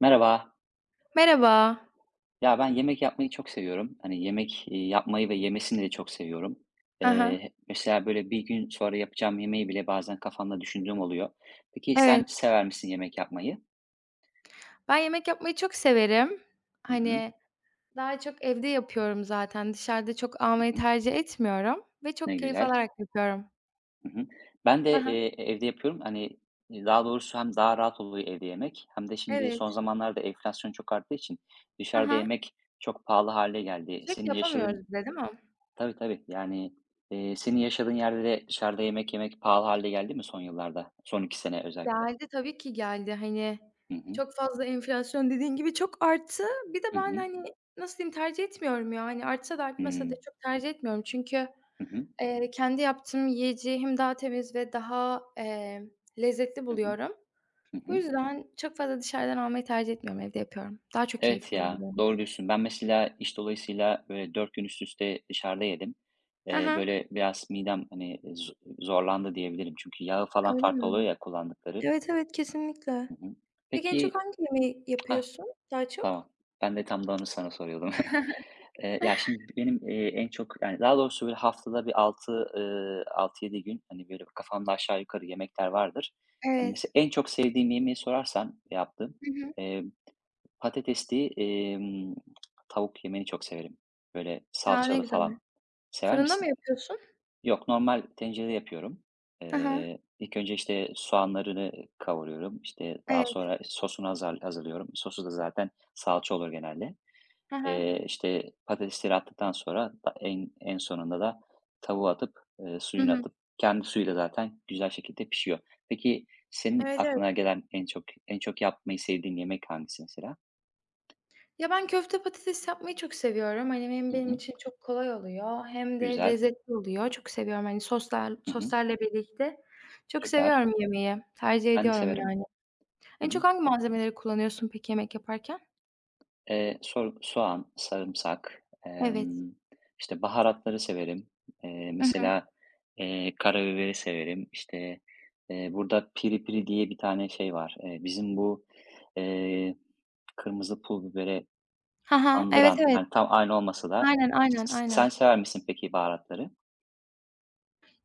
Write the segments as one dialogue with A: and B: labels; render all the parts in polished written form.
A: Merhaba.
B: Merhaba.
A: Ya ben yemek yapmayı çok seviyorum. Hani yemek yapmayı ve yemesini de çok seviyorum.
B: Hı hı.
A: Mesela böyle bir gün sonra yapacağım yemeği bile bazen kafamda düşündüğüm oluyor. Peki sen
B: Evet,
A: sever misin yemek yapmayı?
B: ben yemek yapmayı çok severim.
A: Hı hı,
B: Hani, daha çok evde yapıyorum zaten. Dışarıda çok
A: hı
B: almayı
A: hı.
B: tercih etmiyorum ve çok
A: Ne
B: keyif
A: güzel.
B: alarak yapıyorum.
A: Hı hı. Ben de
B: Hı hı.
A: evde yapıyorum. Hani daha doğrusu hem daha rahat oluyor evde yemek hem de şimdi
B: Evet.
A: son zamanlarda enflasyon çok arttığı için
B: Hı
A: dışarıda
B: hı.
A: yemek çok pahalı hale geldi.
B: Sürekli
A: Senin
B: yapamıyoruz
A: yaşadığın.
B: bir de, değil mi?
A: Tabii, tabii. Yani, senin yaşadığın yerde de dışarıda yemek yemek pahalı halde geldi mi son yıllarda? Son 2 sene özellikle.
B: Geldi, tabii ki geldi. Hani,
A: Hı hı.
B: çok fazla enflasyon dediğin gibi çok arttı. Bir de
A: Hı
B: ben,
A: hı.
B: hani, nasıl diyeyim, tercih etmiyorum ya. Hani, artsa da artmasa da
A: Hımm.
B: çok tercih etmiyorum. Çünkü,
A: Hı hı.
B: kendi yaptığım yiyeceği hem daha temiz ve daha, lezzetli
A: Hı hı.
B: buluyorum.
A: Hı
B: Bu
A: hı.
B: yüzden çok fazla dışarıdan almayı tercih etmiyorum, evde yapıyorum. Daha çok
A: Evet
B: keyifli oluyor
A: ya,
B: benim.
A: doğru diyorsun. Ben mesela iş dolayısıyla, böyle, 4 gün üst üste dışarıda yedim.
B: Hı hı.
A: Böyle, biraz midem, hani, zorlandı diyebilirim. Çünkü yağı falan
B: Öyle
A: farklı oluyor
B: mi?
A: ya kullandıkları.
B: Evet, evet, kesinlikle.
A: Hı hı.
B: Peki en çok
A: Peki.
B: hangi yemeği
A: Hah.
B: yapıyorsun daha
A: Tamam.
B: çok?
A: Ben de tam da onu sana soruyordum. Şimdi benim, en çok yani daha doğrusu böyle haftada bir 6 6-7 gün, hani, böyle kafamda aşağı yukarı yemekler vardır. Hani,
B: Evet.
A: mesela en çok sevdiğim yemeği sorarsan yaptığım,
B: Hı hı.
A: eee, patatesli, tavuk yemeğini çok severim. Böyle
B: A, ne
A: salçalı
B: güzel.
A: falan. Sever
B: Fırında mı
A: misin?
B: yapıyorsun?
A: Yok, normal tencerede yapıyorum.
B: Hı hı.
A: İlk önce, işte, soğanlarını kavuruyorum. İşte, daha
B: Evet.
A: sonra sosunu hazırlıyorum. Sosu da zaten salça olur genelde.
B: Hı hı.
A: İşte, patatesleri attıktan sonra da en sonunda da tavuğu atıp,
B: Hı
A: suyunu
B: hı.
A: atıp kendi suyuyla zaten güzel şekilde pişiyor. Peki senin
B: Evet, evet.
A: aklına gelen en çok en çok yapmayı sevdiğin yemek hangisi mesela?
B: Ya, ben köfte patates yapmayı çok seviyorum. Hani, hem
A: Hı
B: benim
A: hı.
B: için çok kolay oluyor hem de
A: Güzel.
B: lezzetli oluyor. Çok seviyorum, hani, soslar
A: Hı hı.
B: soslarla birlikte. Çok
A: Süper.
B: seviyorum yemeği. Tercih
A: Ben de
B: ediyorum
A: severim.
B: yani.
A: Hı
B: En çok
A: hı.
B: hangi malzemeleri kullanıyorsun peki yemek yaparken?
A: Soğan, sarımsak,
B: Evet.
A: işte, baharatları severim. Eee,
B: Hı hı.
A: mesela, karabiberi severim. İşte, burada piri piri diye bir tane şey var. Bizim bu, eee, kırmızı pul biberi
B: Ha ha. Evet,
A: andıran,
B: evet.
A: yani, tam aynı olmasa da.
B: Aynen, aynen,
A: Sen
B: aynen.
A: sever misin peki baharatları?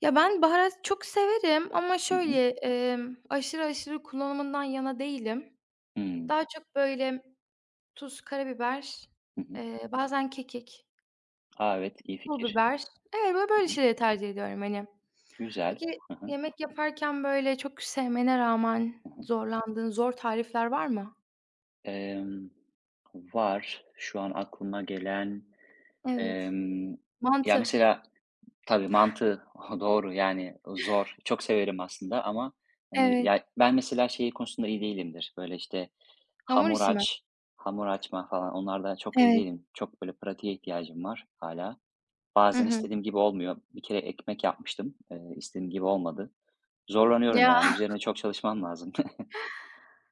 B: Ya, ben baharat çok severim ama
A: Hı hı.
B: şöyle, aşırı aşırı kullanımından yana değilim.
A: Hımm.
B: Daha çok böyle tuz, karabiber,
A: Hı hı.
B: bazen kekik,
A: A, evet, iyi
B: pul
A: fikir.
B: biber. Evet, böyle böyle
A: Hı hı.
B: şeyleri tercih ediyorum, hani.
A: Güzel.
B: Peki
A: Hı hı.
B: yemek yaparken böyle çok sevmene rağmen
A: Hı hı.
B: zorlandığın zor tarifler var mı?
A: Emm, var. Şu an aklıma gelen,
B: Evet.
A: emm, ya,
B: Mantı.
A: mesela tabii mantığı doğru, yani, zor. Çok severim aslında ama, hani,
B: Evet.
A: ya, ben mesela şeyi konusunda iyi değilimdir. Böyle, işte,
B: Hamur
A: hamur
B: işi mi?
A: aç, hamur açma falan onlarda çok iyi
B: Evet.
A: değilim. Çok böyle pratiğe ihtiyacım var hala.
B: Hı
A: Bazen
B: hı.
A: istediğim gibi olmuyor. Bir kere ekmek yapmıştım, istediğim gibi olmadı. Zorlanıyorum,
B: Ya.
A: yani, üzerine çok çalışmam lazım.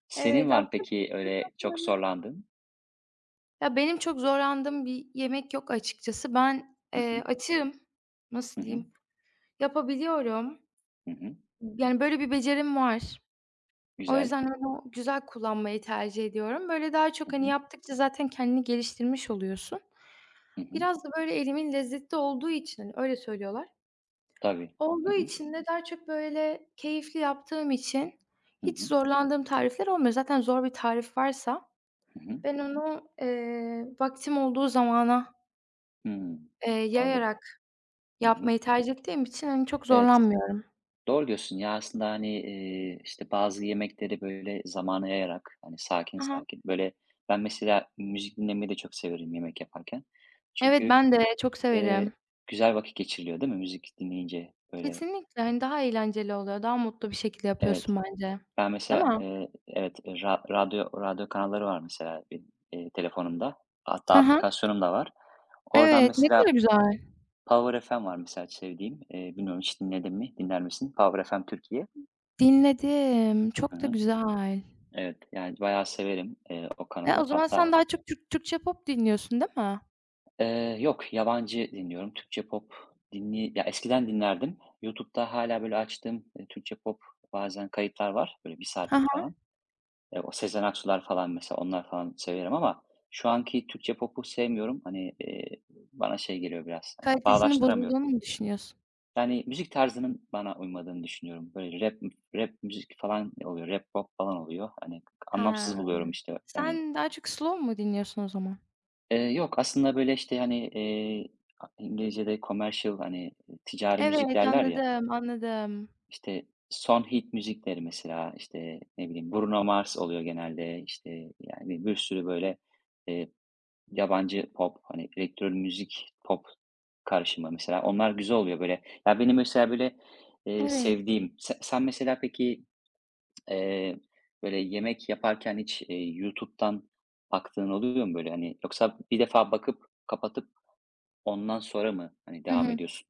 A: Senin
B: Evet,
A: var mı
B: aslında
A: peki öyle çok zorlandın?
B: ya, benim çok zorlandığım bir yemek yok açıkçası. Ben, açığım.
A: Hı
B: Nasıl
A: hı.
B: diyeyim? Yapabiliyorum.
A: Hı hı.
B: Yani, böyle bir becerim var. O
A: Güzel.
B: yüzden onu güzel kullanmayı tercih ediyorum. Böyle daha
A: Hı
B: çok, hani,
A: hı.
B: yaptıkça zaten kendini geliştirmiş oluyorsun.
A: Hı hı.
B: Biraz da böyle elimin lezzeti olduğu için, hani, öyle söylüyorlar.
A: Tabii.
B: Olduğu
A: Hı hı.
B: için de daha çok böyle keyifli yaptığım için
A: Hı
B: hiç
A: hı.
B: zorlandığım tarifler olmuyor. Zaten zor bir tarif varsa
A: Hı hı.
B: ben onu, vaktim olduğu zamana
A: Hımm. Anladım.
B: Yayarak
A: Hı hı.
B: yapmayı tercih ettiğim için, hani, çok
A: Evet,
B: zorlanmıyorum.
A: doğru diyorsun ya aslında, hani, işte, bazı yemekleri, böyle, zamana yayarak, hani, sakin
B: Hı hı.
A: sakin, böyle. Ben mesela müzik dinlemeyi de çok severim yemek yaparken.
B: Evet,
A: Çünkü,
B: ben de çok severim.
A: eee, güzel vakit geçiriliyor değil mi müzik dinleyince, böyle?
B: Kesinlikle, hani, daha eğlenceli oluyor, daha mutlu bir şekilde
A: Evet.
B: yapıyorsun bence.
A: Ben
B: Değil
A: mesela,
B: mi?
A: evet, e, ra radyo radyo kanalları var mesela benim, telefonumda. Hatta
B: Hı hı.
A: aplikasyonum da var. Oradan
B: Evet, ne kadar
A: mesela
B: güzel.
A: Power FM var mesela sevdiğim. Bilmiyorum hiç dinledin mi, dinler misin? Power FM Türkiye.
B: Dinledim,
A: Hı
B: çok da
A: hı.
B: güzel.
A: Evet, yani bayağı severim, o
B: Ya,
A: kanalı.
B: o zaman sen
A: Hatta,
B: daha çok Türkçe pop dinliyorsun, değil mi?
A: yok yabancı dinliyorum. Türkçe pop ya eskiden dinlerdim. YouTube'da hala böyle açtığım, Türkçe pop bazen kayıtlar var. Böyle bir
B: Hı
A: saatlik
B: hı.
A: falan. O Sezen Aksu'lar falan mesela onlar falan severim ama şu anki Türkçe pop'u sevmiyorum. Hani, bana şey geliyor biraz, hani
B: Kalitesinin
A: bağdaştıramıyorum.
B: bozulduğunu mu düşünüyorsun?
A: Yani, müzik tarzının bana uymadığını düşünüyorum. Böyle rap müzik falan oluyor, rap pop falan oluyor. Hani,
B: Ha,
A: anlamsız buluyorum, işte, hani.
B: sen daha çok slow mu dinliyorsun o zaman?
A: Yok aslında böyle, işte, hani, a İngilizce'de commercial, hani, ticari müzik
B: Evet,
A: derler ya,
B: anladım, anladım.
A: işte, son hit müzikleri mesela, işte, ne bileyim, Bruno Mars oluyor genelde, işte, yani, bir sürü böyle, eee Yabancı pop, hani, elektro müzik, pop karışımı mesela. Onlar güzel oluyor böyle. Ya, benim mesela böyle,
B: Evet.
A: sevdiğim sen mesela peki, eee, böyle yemek yaparken hiç, YouTube'dan baktığın oluyor mu böyle, hani, yoksa bir defa bakıp kapatıp ondan sonra mı, hani,
B: Hı
A: devam
B: hı.
A: ediyorsun?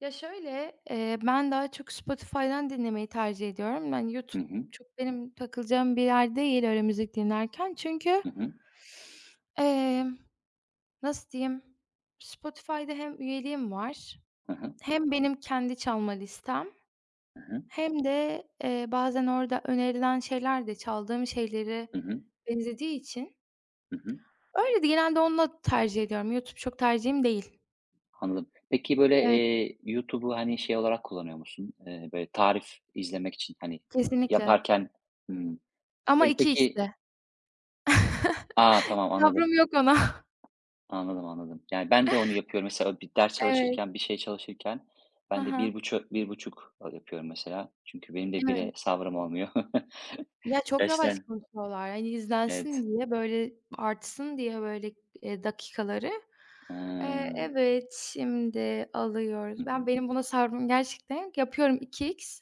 B: Ya, şöyle, ben daha çok Spotify'dan dinlemeyi tercih ediyorum. Ben
A: Hı
B: YouTube
A: hı.
B: çok benim takılacağım bir yer değil öyle müzik dinlerken. Çünkü,
A: Hı hı.
B: emm, nasıl diyeyim, Spotify'da hem üyeliğim var
A: Hı hı.
B: hem benim kendi çalma listem
A: Hı hı.
B: hem de, bazen orada önerilen şeyler de çaldığım şeyleri
A: Hı hı.
B: benzediği için
A: Hı hı.
B: öyle de genelde onunla tercih ediyorum. YouTube çok tercihim değil.
A: Anladım. Peki böyle,
B: Evet,
A: YouTube'u, hani, şey olarak kullanıyor musun? Böyle tarif izlemek için, hani,
B: kesinlikle
A: yaparken. Hıı.
B: ama
A: Böyle
B: iki
A: peki.
B: xde.
A: Aa tamam anladım.
B: Sabrım yok ona.
A: Anladım, anladım. Yani ben de onu yapıyorum. Mesela bir ders
B: Evet.
A: çalışırken, bir şey çalışırken
B: Hı
A: ben de
B: hı.
A: bir buçuk bir buçuk yapıyorum mesela. Çünkü benim de
B: Evet.
A: bire sabrım olmuyor.
B: Ya, çok yavaş
A: Gerçekten
B: konuşuyorlar. Hani, izlensin
A: evet.
B: diye, böyle, artsın diye, böyle, dakikaları. Eee,
A: Iıı,
B: evet, şimdi
A: hı
B: alıyoruz. Ben
A: hı.
B: benim buna sabrım gerçekten yapıyorum 2x.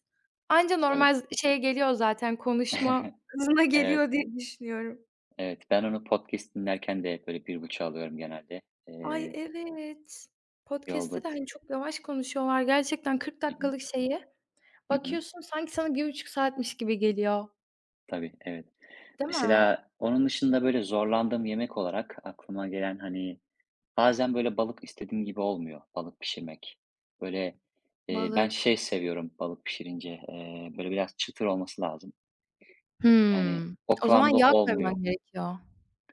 B: Anca
A: Tabii.
B: normal şeye geliyor zaten konuşma hızına
A: Evet,
B: geliyor diye düşünüyorum.
A: evet. Ben onu podcast dinlerken de böyle bir buçuk alıyorum genelde.
B: Ay,
A: Eee,
B: evet.
A: yolda.
B: Podcast'te de, hani, çok yavaş konuşuyorlar gerçekten 40
A: Hı hı.
B: dakikalık şeyi.
A: Hı hı.
B: Bakıyorsun sanki sana 1,5 saatmiş gibi geliyor,
A: Tabii, evet.
B: değil mi?
A: Mesela onun dışında böyle zorlandığım yemek olarak aklıma gelen, hani. Bazen böyle balık istediğim gibi olmuyor, balık pişirmek. Böyle, ben
B: Balı
A: şey seviyorum balık pişirince, böyle biraz çıtır olması lazım. Yani
B: Hımm.
A: o
B: O zaman
A: kıvamda
B: yağ
A: olmuyor.
B: koyman gerekiyor.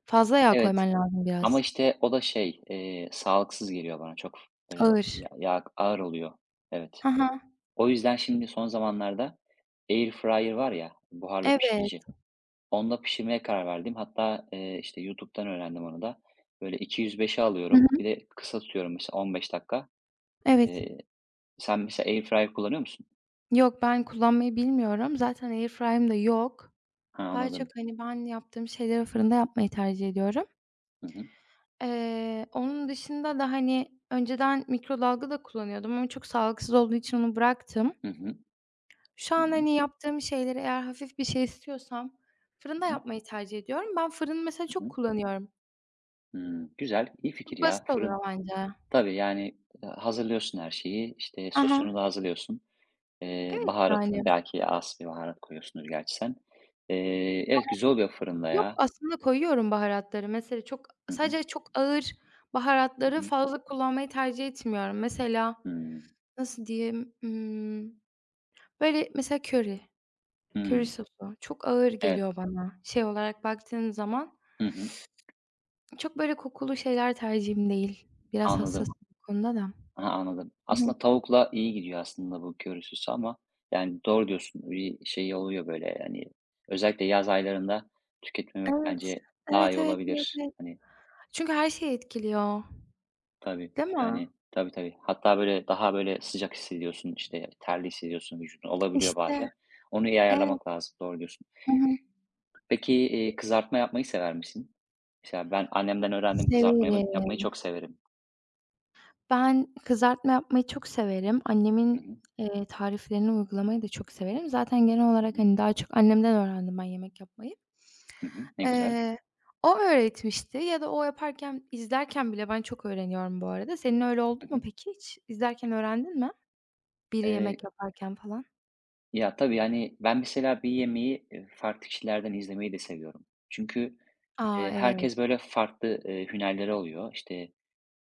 B: Fazla yağ
A: Evet
B: koyman lazım
A: ama
B: biraz.
A: işte o da şey, sağlıksız geliyor bana çok, böyle
B: Ağır.
A: ya ağır oluyor. Evet.
B: Hı hı.
A: O yüzden şimdi son zamanlarda air fryer var ya, buharlı
B: Evet.
A: pişirici, onda pişirmeye karar verdim. Hatta, işte YouTube'dan öğrendim onu da. Böyle 205'e
B: Hı
A: alıyorum,
B: hı.
A: bir de kısa tutuyorum mesela 15 dakika.
B: Evet.
A: Eee Sen mesela airfryer kullanıyor musun?
B: Yok, ben kullanmayı bilmiyorum. Zaten airfryer'ım da yok.
A: Ha,
B: Daha çok,
A: anladım.
B: hani, ben yaptığım şeyleri fırında yapmayı tercih ediyorum.
A: Hı hı.
B: Onun dışında da, hani, önceden mikrodalga da kullanıyordum ama çok sağlıksız olduğu için onu bıraktım.
A: Hı hı.
B: Şu
A: Hı
B: an,
A: hı.
B: hani, yaptığım şeyleri eğer hafif bir şey istiyorsam fırında
A: Hı hı.
B: yapmayı tercih ediyorum. Ben fırını mesela
A: Hı
B: çok
A: hı.
B: kullanıyorum.
A: Hımm, güzel, iyi fikir
B: Çok
A: ya,
B: basit oluyor
A: fırın.
B: bence.
A: Tabii, yani, hazırlıyorsun her şeyi, işte,
B: Hı hı.
A: sosunu da hazırlıyorsun.
B: Evet,
A: Baharatını
B: yani.
A: belki az bir baharat koyuyorsundur gerçi sen. Evet, güzel oluyor fırında
B: Yok,
A: ya.
B: aslında koyuyorum baharatları. Mesela çok
A: Hı hı.
B: sadece çok ağır
A: Hı
B: baharatları
A: hı.
B: fazla kullanmayı tercih etmiyorum. Mesela
A: Hımm.
B: nasıl diyeyim? Böyle mesela köri,
A: Hımm.
B: sosu çok ağır
A: Evet.
B: geliyor bana şey olarak baktığın zaman.
A: Hı hı.
B: Çok böyle kokulu şeyler tercihim değil. Biraz
A: Anladım.
B: hassasım bu konuda da.
A: Aha, anladım.
B: Hı hı.
A: Aslında tavukla iyi gidiyor aslında bu köri ama yani doğru diyorsun. Bir şey oluyor böyle yani özellikle yaz aylarında tüketmemek
B: Evet.
A: bence daha
B: Evet,
A: iyi
B: evet, evet,
A: olabilir.
B: evet.
A: Hani
B: Çünkü her şeyi etkiliyor,
A: tabii
B: değil mi?
A: yani tabii tabii. Hatta böyle daha böyle sıcak hissediyorsun işte terli hissediyorsun vücudunu olabiliyor
B: İşte,
A: bazen. Onu iyi
B: evet.
A: ayarlamak lazım. Doğru diyorsun.
B: Hı hı.
A: Peki kızartma yapmayı sever misin? Mesela ben annemden öğrendim
B: Severim.
A: kızartmayı yapmayı çok severim.
B: Ben kızartma yapmayı çok severim.
A: Hı
B: Annemin,
A: hı,
B: tariflerini uygulamayı da çok severim. Zaten genel
A: hı
B: olarak,
A: hı,
B: hani, daha çok annemden öğrendim ben yemek yapmayı.
A: hı hı. Ne güzel.
B: Eee, o öğretmişti ya da o yaparken, izlerken bile ben çok öğreniyorum bu arada. Senin öyle oldu
A: Hı
B: mu
A: hı.
B: peki hiç? İzlerken öğrendin mi? Biri
A: Ee,
B: yemek yaparken falan.
A: Ya, tabii, yani, ben mesela bir yemeği, farklı kişilerden izlemeyi de seviyorum. Çünkü,
B: A! Evet,
A: herkes böyle farklı, hünerleri oluyor. İşte,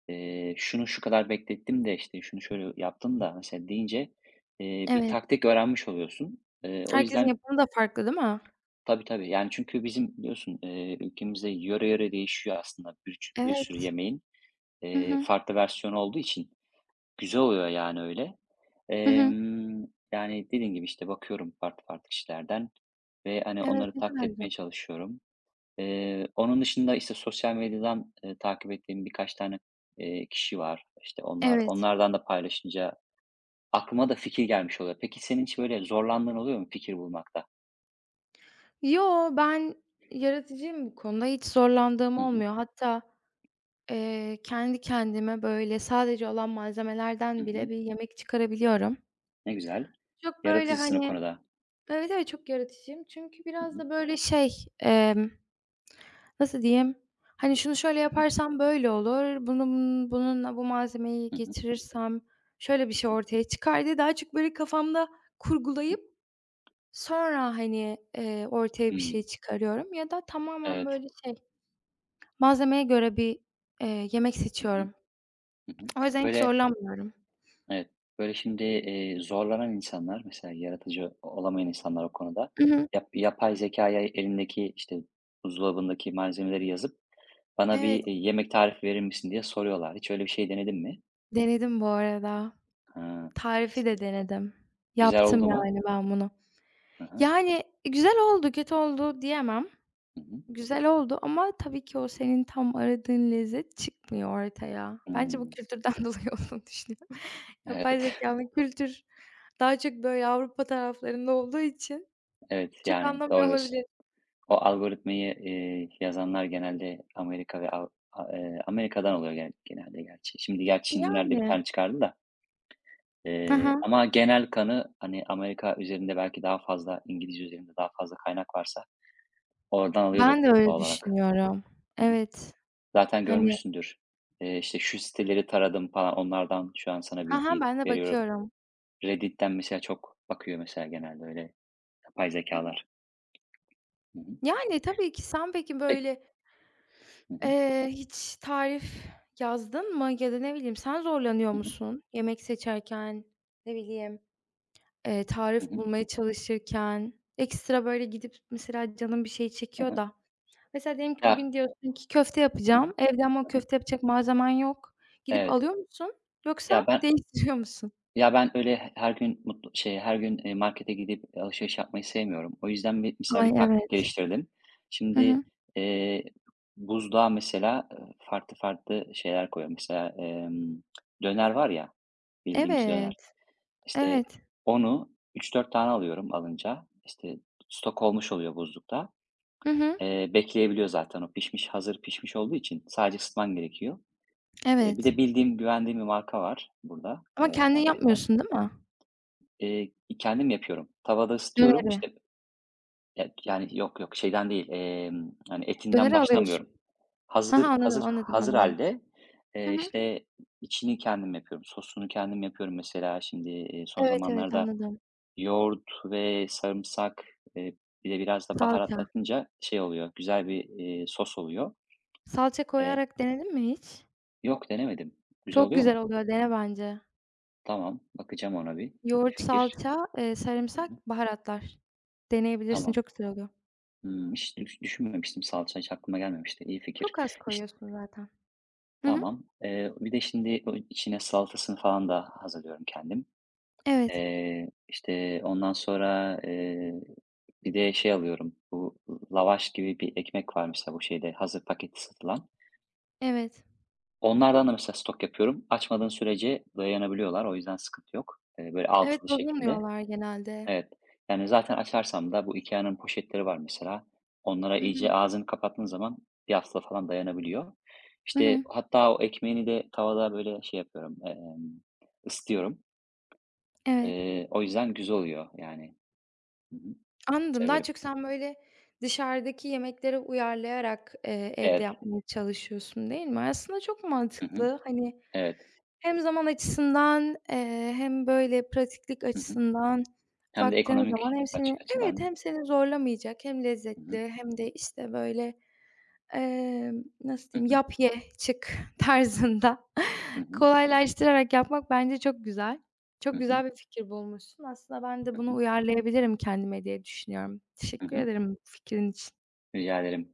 A: şunu şu kadar beklettim de, işte, şunu şöyle yaptım da mesela deyince, bir
B: evet.
A: taktik öğrenmiş oluyorsun. O
B: Herkesin
A: yüzden.
B: yapımı da farklı değil mi?
A: Tabii, tabii. Yani, çünkü bizim biliyorsun, ülkemizde yöre yöre değişiyor aslında bir sürü
B: Evet.
A: yemeğin,
B: Hı hı.
A: farklı versiyonu olduğu için. Güzel oluyor yani öyle.
B: Hı hı.
A: Emm, yani, dediğim gibi, işte, bakıyorum farklı farklı kişilerden ve, hani,
B: Evet,
A: onları
B: ne kadar
A: taklit
B: güzel.
A: etmeye çalışıyorum. Onun dışında, işte, sosyal medyadan, takip ettiğim birkaç tane, kişi var. İşte, onlar
B: Evet.
A: onlardan da paylaşınca aklıma da fikir gelmiş oluyor. Peki senin hiç böyle zorlandığın oluyor mu fikir bulmakta?
B: Yo, ben yaratıcıyım bu konuda. Hiç zorlandığım
A: Hı hı.
B: olmuyor. Hatta kendi kendime, böyle, sadece olan
A: Hı
B: malzemelerden bile
A: hı.
B: bir yemek çıkarabiliyorum.
A: Ne güzel.
B: Çok, böyle,
A: Yaratıcısın o
B: hani.
A: konuda.
B: Evet, evet, çok yaratıcıyım. Çünkü
A: Hı
B: biraz
A: hı.
B: da, böyle, şey, emm, nasıl diyeyim? Hani, şunu şöyle
A: Hı hı.
B: yaparsam böyle olur, bunu bunun bununla bu malzemeyi
A: Hı hı.
B: getirirsem şöyle bir şey
A: Hı
B: ortaya çıkar diye daha çok, böyle, kafamda
A: hı.
B: kurgulayıp sonra, hani, ortaya bir şey
A: Hımm.
B: çıkarıyorum ya da tamamen,
A: Evet.
B: böyle, şey, malzemeye göre bir, yemek
A: Hı hı.
B: seçiyorum.
A: Hı hı.
B: O yüzden hiç
A: Böyle.
B: zorlanmıyorum.
A: Evet. Böyle şimdi, zorlanan insanlar, mesela yaratıcı olamayan insanlar o konuda,
B: I hı.
A: yapay zekaya elindeki, işte, buzdolabındaki malzemeleri yazıp bana
B: Evet,
A: bir, yemek tarifi verir misin diye soruyorlar. Hiç öyle bir şey denedin mi?
B: denedim bu arada.
A: Ha.
B: Tarifi de denedim.
A: Güzel
B: Yaptım
A: oldu mu?
B: yani ben bunu.
A: Hı hı.
B: Yani, güzel oldu, kötü oldu diyemem.
A: Hı hı.
B: Güzel oldu ama tabii ki o senin tam aradığın lezzet çıkmıyor ortaya. Bence bu
A: Hımm.
B: kültürden dolayı olduğunu düşünüyorum. Yapay
A: Evet.
B: zekânın kültür daha çok böyle Avrupa taraflarında olduğu için
A: Evet,
B: çok
A: yani doğru
B: anlamıyor
A: diyorsun.
B: olabilir.
A: O algoritmayı, yazanlar genelde Amerika ve Av a Amerika'dan oluyor genelde gerçi. Şimdi gerçi Çinliler de bir
B: Yani.
A: tane çıkardı da.
B: Hı.
A: Ama genel kanı, hani, Amerika üzerinde belki daha fazla, İngilizce üzerinde daha fazla kaynak varsa oradan alıyordur
B: Ben de
A: tabii
B: öyle
A: doğal olarak.
B: düşünüyorum.
A: Hı hı.
B: Evet.
A: Zaten
B: Hani.
A: görmüşsündür. İşte, şu siteleri taradım falan onlardan şu an sana
B: Hı,
A: bilgi
B: ben de
A: veriyorum.
B: bakıyorum.
A: Reddit'ten mesela çok bakıyor mesela genelde öyle yapay
B: Hı hı.
A: zekalar. Hı hı.
B: Yani, tabii ki. Sen peki
A: Peki.
B: böyle.
A: Hı hı.
B: Hiç tarif yazdın mı ya da ne bileyim sen zorlanıyor
A: Hı hı.
B: musun yemek seçerken, ne bileyim,
A: Hı
B: tarif
A: hı.
B: bulmaya çalışırken? Ekstra böyle gidip mesela canın bir şey
A: Hı
B: çekiyor
A: hı.
B: da mesela diyelim ki
A: Ya.
B: bugün diyorsun ki köfte
A: Hı hı.
B: yapacağım evde ama
A: Hı hı.
B: köfte yapacak malzemen yok. Gidip
A: Evet.
B: alıyor musun yoksa
A: Ya ben.
B: değiştiriyor musun?
A: Ya, ben öyle her gün mutlu şey, her gün, markete gidip alışveriş yapmayı sevmiyorum. O yüzden bir mesela
B: Ay,
A: bir taktik
B: evet.
A: geliştirdim.
B: Hı
A: Şimdi,
B: hı.
A: eee, buzluğa mesela, farklı farklı şeyler koyuyorum. Mesela, döner var ya, bildiğimiz döner.
B: Evet,
A: İşte,
B: evet.
A: onu üç dört tane alıyorum alınca. İşte, stok olmuş oluyor buzlukta.
B: Hı hı.
A: Bekleyebiliyor zaten o pişmiş, hazır pişmiş olduğu için sadece ısıtman gerekiyor. Bir
B: Evet.
A: de bildiğim, güvendiğim bir marka var burada,
B: Ama kendin
A: marketten.
B: yapmıyorsun değil mi?
A: Eee, kendim yapıyorum. Tavada ısıtıyorum,
B: Döneri.
A: İşte ya yani yok, yok şeyden değil, hani, etinden
B: Döneri alıyorsun.
A: başlamıyorum.
B: Ha ha,
A: Hazır
B: anladım,
A: hazır
B: anladım,
A: hazır
B: anladım.
A: hâlde,
B: Hı hı.
A: işte, içini kendim yapıyorum, sosunu kendim yapıyorum mesela. Şimdi, son
B: Evet, evet,
A: zamanlarda
B: anladım.
A: yoğurt ve sarımsak, eee, bir de biraz da baharat
B: Salça.
A: atınca şey oluyor, güzel bir, sos oluyor.
B: Salça
A: Eee,
B: koyarak denedin mi hiç?
A: yok denemedim. Güzel
B: Çok
A: oluyor
B: güzel
A: mu?
B: oluyor, dene bence.
A: Tamam, bakacağım ona bir. İyi
B: Yoğurt,
A: fikir.
B: salça,
A: Hı
B: sarımsak,
A: hı.
B: baharatlar. Deneyebilirsin,
A: Tamam.
B: çok güzel oluyor.
A: Hmm, hiç düşünmemiştim salça, hiç aklıma gelmemişti. İyi fikir.
B: Çok az
A: İşte,
B: koyuyorsun zaten. Hı hı.
A: tamam. Bir de şimdi o içine salatasını falan da hazırlıyorum kendim.
B: Evet,
A: İşte, ondan sonra, bir de şey alıyorum, bu lavaş gibi bir ekmek var mesela bu şeyde hazır paketi satılan.
B: evet.
A: Onlardan da mesela stok yapıyorum. Açmadığın sürece dayanabiliyorlar. O yüzden sıkıntı yok. Böyle
B: Evet,
A: altılı şeklinde.
B: bozulmuyorlar genelde.
A: Evet. Yani, zaten açarsam da bu IKEA'nın poşetleri var mesela. Onlara
B: Hı
A: iyice
B: hı.
A: ağzını kapattığın zaman bir hafta falan dayanabiliyor.
B: Hı
A: İşte,
B: hı.
A: hatta o ekmeğini de tavada, böyle, şey yapıyorum, ısıtıyorum.
B: Evet.
A: O yüzden güzel oluyor, yani. Hı hı.
B: Anladım. Daha
A: Severim.
B: çok sen böyle dışarıdaki yemeklere uyarlayarak, evde
A: Evet.
B: yapmaya çalışıyorsun, değil mi? Aslında çok
A: Hı hı.
B: mantıklı. Hani,
A: Evet.
B: hem zaman açısından, hem böyle pratiklik
A: Hı hı.
B: açısından
A: Hem de
B: baktığın
A: ekonomik
B: zaman, hem seni. Evet,
A: açıdan.
B: hem seni zorlamayacak hem
A: Hı hı.
B: lezzetli hem de, işte, böyle, nasıl
A: Hı
B: diyeyim,
A: hı.
B: yap ye çık tarzında
A: Hı hı.
B: kolaylaştırarak yapmak bence çok güzel.
A: Hı
B: Çok güzel
A: hı.
B: bir fikir bulmuşsun. Aslında ben de
A: Hı
B: bunu
A: hı.
B: uyarlayabilirim kendime diye düşünüyorum.
A: Hı
B: Teşekkür
A: hı.
B: ederim bu fikrin için.
A: Rica ederim.